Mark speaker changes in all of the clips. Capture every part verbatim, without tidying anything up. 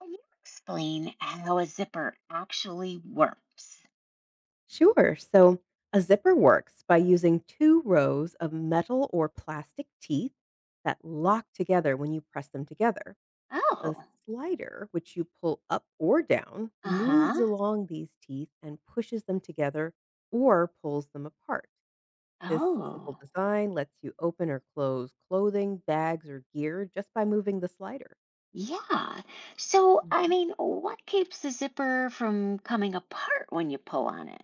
Speaker 1: Can you explain how a zipper actually works?
Speaker 2: Sure. So a zipper works by using two rows of metal or plastic teeth that lock together when you press them together. The
Speaker 1: Oh,
Speaker 2: slider, which you pull up or down,
Speaker 1: uh Mhm.
Speaker 2: moves
Speaker 1: Huh.
Speaker 2: along these teeth and pushes them together or pulls them apart. This simple
Speaker 1: Oh,
Speaker 2: design lets you open or close clothing, bags, or gear just by moving the slider.
Speaker 1: yeah. So, I
Speaker 2: Mhm.
Speaker 1: mean, what keeps the zipper from coming apart when you pull on it?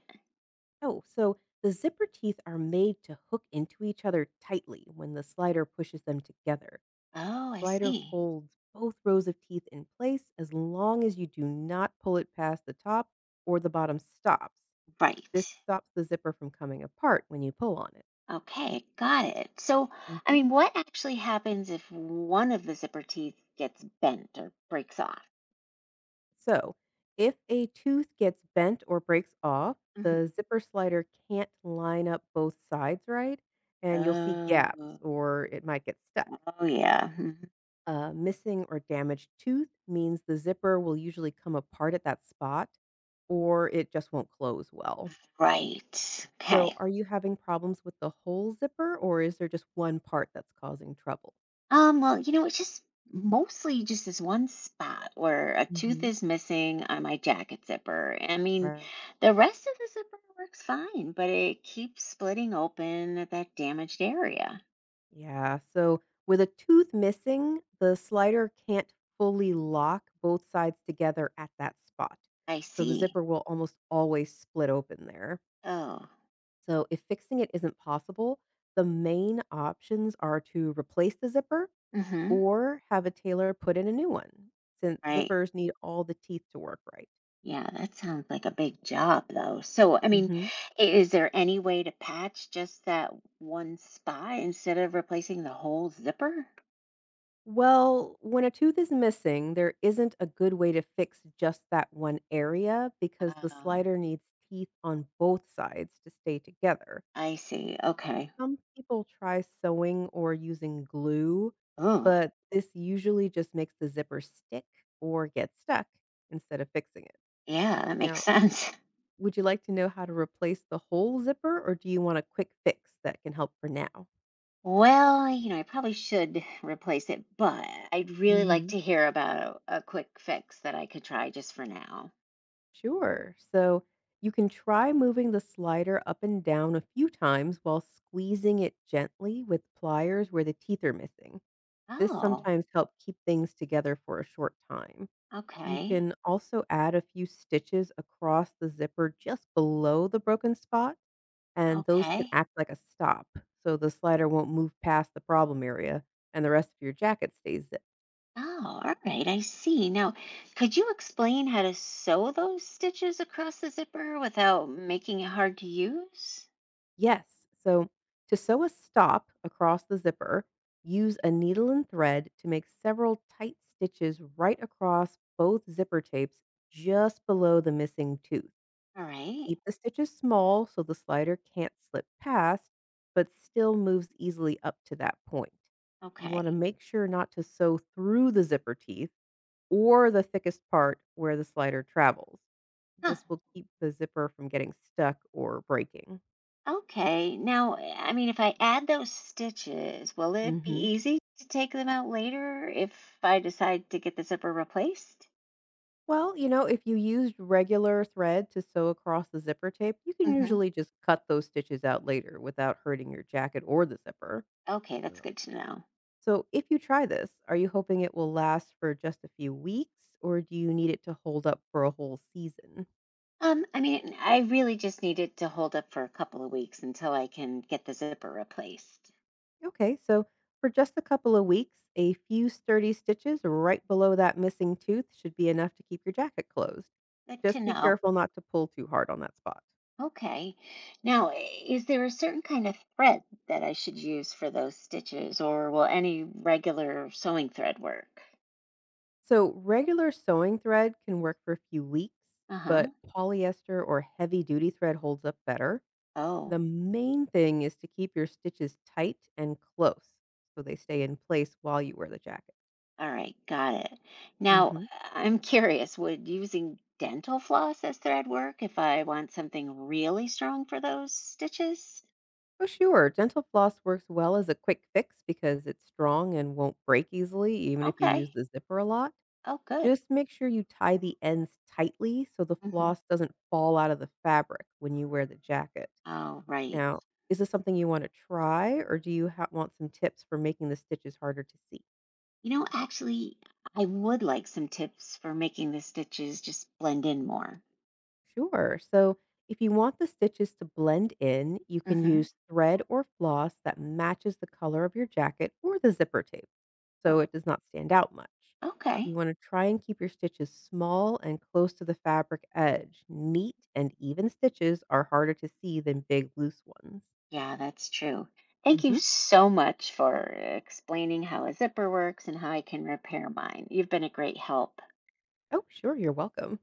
Speaker 2: Oh, so the zipper teeth are made to hook into each other tightly when the slider pushes them together.
Speaker 1: Oh, I
Speaker 2: Slider
Speaker 1: see.
Speaker 2: holds both rows of teeth in place as long as you do not pull it past the top or the bottom stops.
Speaker 1: Right.
Speaker 2: This stops the zipper from coming apart when you pull on it.
Speaker 1: Okay, got it. So, I
Speaker 2: Mhm.
Speaker 1: mean, what actually happens if one of the zipper teeth gets bent or breaks off?
Speaker 2: So, if a tooth gets bent or breaks off,
Speaker 1: Mhm.
Speaker 2: the zipper slider can't line up both sides right, and you'll see gaps
Speaker 1: Oh,
Speaker 2: or it might get stuck.
Speaker 1: oh yeah. Mhm.
Speaker 2: A missing or damaged tooth means the zipper will usually come apart at that spot or it just won't close well.
Speaker 1: Right.
Speaker 2: So,
Speaker 1: Okay.
Speaker 2: are you having problems with the whole zipper or is there just one part that's causing trouble?
Speaker 1: Um, well, you know, it's just mostly just this one spot where a tooth
Speaker 2: Mhm.
Speaker 1: is missing on my jacket zipper. I mean,
Speaker 2: Right.
Speaker 1: the rest of the zipper works fine, but it keeps splitting open at that damaged area.
Speaker 2: Yeah. So with a tooth missing, the slider can't fully lock both sides together at that spot.
Speaker 1: I
Speaker 2: So the
Speaker 1: see.
Speaker 2: zipper will almost always split open there.
Speaker 1: Oh,
Speaker 2: So if fixing it isn't possible, the main options are to replace the zipper
Speaker 1: mm-hmm.
Speaker 2: or have a tailor put in a new one since
Speaker 1: Right.
Speaker 2: zippers need all the teeth to work right.
Speaker 1: Yeah, that sounds like a big job, though. So, I mean, i- is there any way to patch just that one spot instead of replacing the whole zipper?
Speaker 2: Well, when a tooth is missing, there isn't a good way to fix just that one area because the
Speaker 1: Oh,
Speaker 2: slider needs teeth on both sides to stay together.
Speaker 1: I see. Okay.
Speaker 2: Some people try sewing or using glue,
Speaker 1: Oh,
Speaker 2: but this usually just makes the zipper stick or get stuck instead of fixing it.
Speaker 1: yeah, that
Speaker 2: Now,
Speaker 1: makes sense.
Speaker 2: would you like to know how to replace the whole zipper or do you want a quick fix that can help for now?
Speaker 1: Well, you know, I probably should replace it, but I'd really like
Speaker 2: Mhm.
Speaker 1: to hear about a, a quick fix that I could try just for now.
Speaker 2: Sure. So you can try moving the slider up and down a few times while squeezing it gently with pliers where the teeth are missing. This
Speaker 1: Oh,
Speaker 2: sometimes helps keep things together for a short time. You
Speaker 1: okay.
Speaker 2: can also add a few stitches across the zipper just below the broken spot, and those can
Speaker 1: Okay.
Speaker 2: act like a stop so the slider won't move past the problem area and the rest of your jacket stays zipped.
Speaker 1: Oh, all right. I see. Now, could you explain how to sew those stitches across the zipper without making it hard to use?
Speaker 2: Yes. So to sew a stop across the zipper, use a needle and thread to make several tight stitches right across both zipper tapes just below the missing tooth.
Speaker 1: All right.
Speaker 2: Keep the stitches small so the slider can't slip past, but still moves easily up to that point. You
Speaker 1: Okay.
Speaker 2: want to make sure not to sew through the zipper teeth or the thickest part where the slider travels.
Speaker 1: Huh.
Speaker 2: This will keep the zipper from getting stuck or breaking.
Speaker 1: Okay. Now, eh, I mean, if I add those stitches, will it be
Speaker 2: Mhm.
Speaker 1: easy to take them out later if I decide to get the zipper replaced?
Speaker 2: Well, you know, if you used regular thread to sew across the zipper tape, you can
Speaker 1: Hmm.
Speaker 2: usually just cut those stitches out later without hurting your jacket or the zipper.
Speaker 1: Okay, that's
Speaker 2: Yeah.
Speaker 1: good to know.
Speaker 2: So, if you try this, are you hoping it will last for just a few weeks or do you need it to hold up for a whole season?
Speaker 1: Um, I mean, I really just need it to hold up for a couple of weeks until I can get the zipper replaced.
Speaker 2: Okay, so for just a couple of weeks, a few sturdy stitches right below that missing tooth should be enough to keep your jacket closed.
Speaker 1: Good to
Speaker 2: Just
Speaker 1: hmm
Speaker 2: be
Speaker 1: know.
Speaker 2: careful not to pull too hard on that spot.
Speaker 1: Okay. Now, i- is there a certain kind of thread that I should use for those stitches, or will any regular sewing thread work?
Speaker 2: So, regular sewing thread can work for a few weeks,
Speaker 1: Uh-huh.
Speaker 2: but polyester or heavy duty thread holds up better. The
Speaker 1: Oh.
Speaker 2: main thing is to keep your stitches tight and close so they stay in place while you wear the jacket.
Speaker 1: All right, got it. Now,
Speaker 2: hmm
Speaker 1: I'm curious, would using dental floss as thread work if I want something really strong for those stitches?
Speaker 2: Oh, sure. Dental floss works well as a quick fix because it's strong and won't break easily, even if you use
Speaker 1: Okay.
Speaker 2: the zipper a lot.
Speaker 1: Oh, good.
Speaker 2: Just make sure you tie the ends tightly so the
Speaker 1: Hmm.
Speaker 2: floss doesn't fall out of the fabric when you wear the jacket.
Speaker 1: Oh, right.
Speaker 2: Now, is this something you want to try or do you ha- want some tips for making the stitches harder to see?
Speaker 1: You know, actually, I would like some tips for making the stitches just blend in more.
Speaker 2: Sure. So, if you want the stitches to blend in, you can
Speaker 1: Hmm.
Speaker 2: use thread or floss that matches the color of your jacket or the zipper tape so
Speaker 1: Oh,
Speaker 2: it does not stand out much. You
Speaker 1: okay.
Speaker 2: want to try and keep your stitches small and close to the fabric edge. Neat and even stitches are harder to see than big, loose ones.
Speaker 1: Yeah, that's true. Thank you
Speaker 2: hmm
Speaker 1: so much for explaining how a zipper works and how I can repair mine. You've been a great help.
Speaker 2: Oh, sure. You're welcome.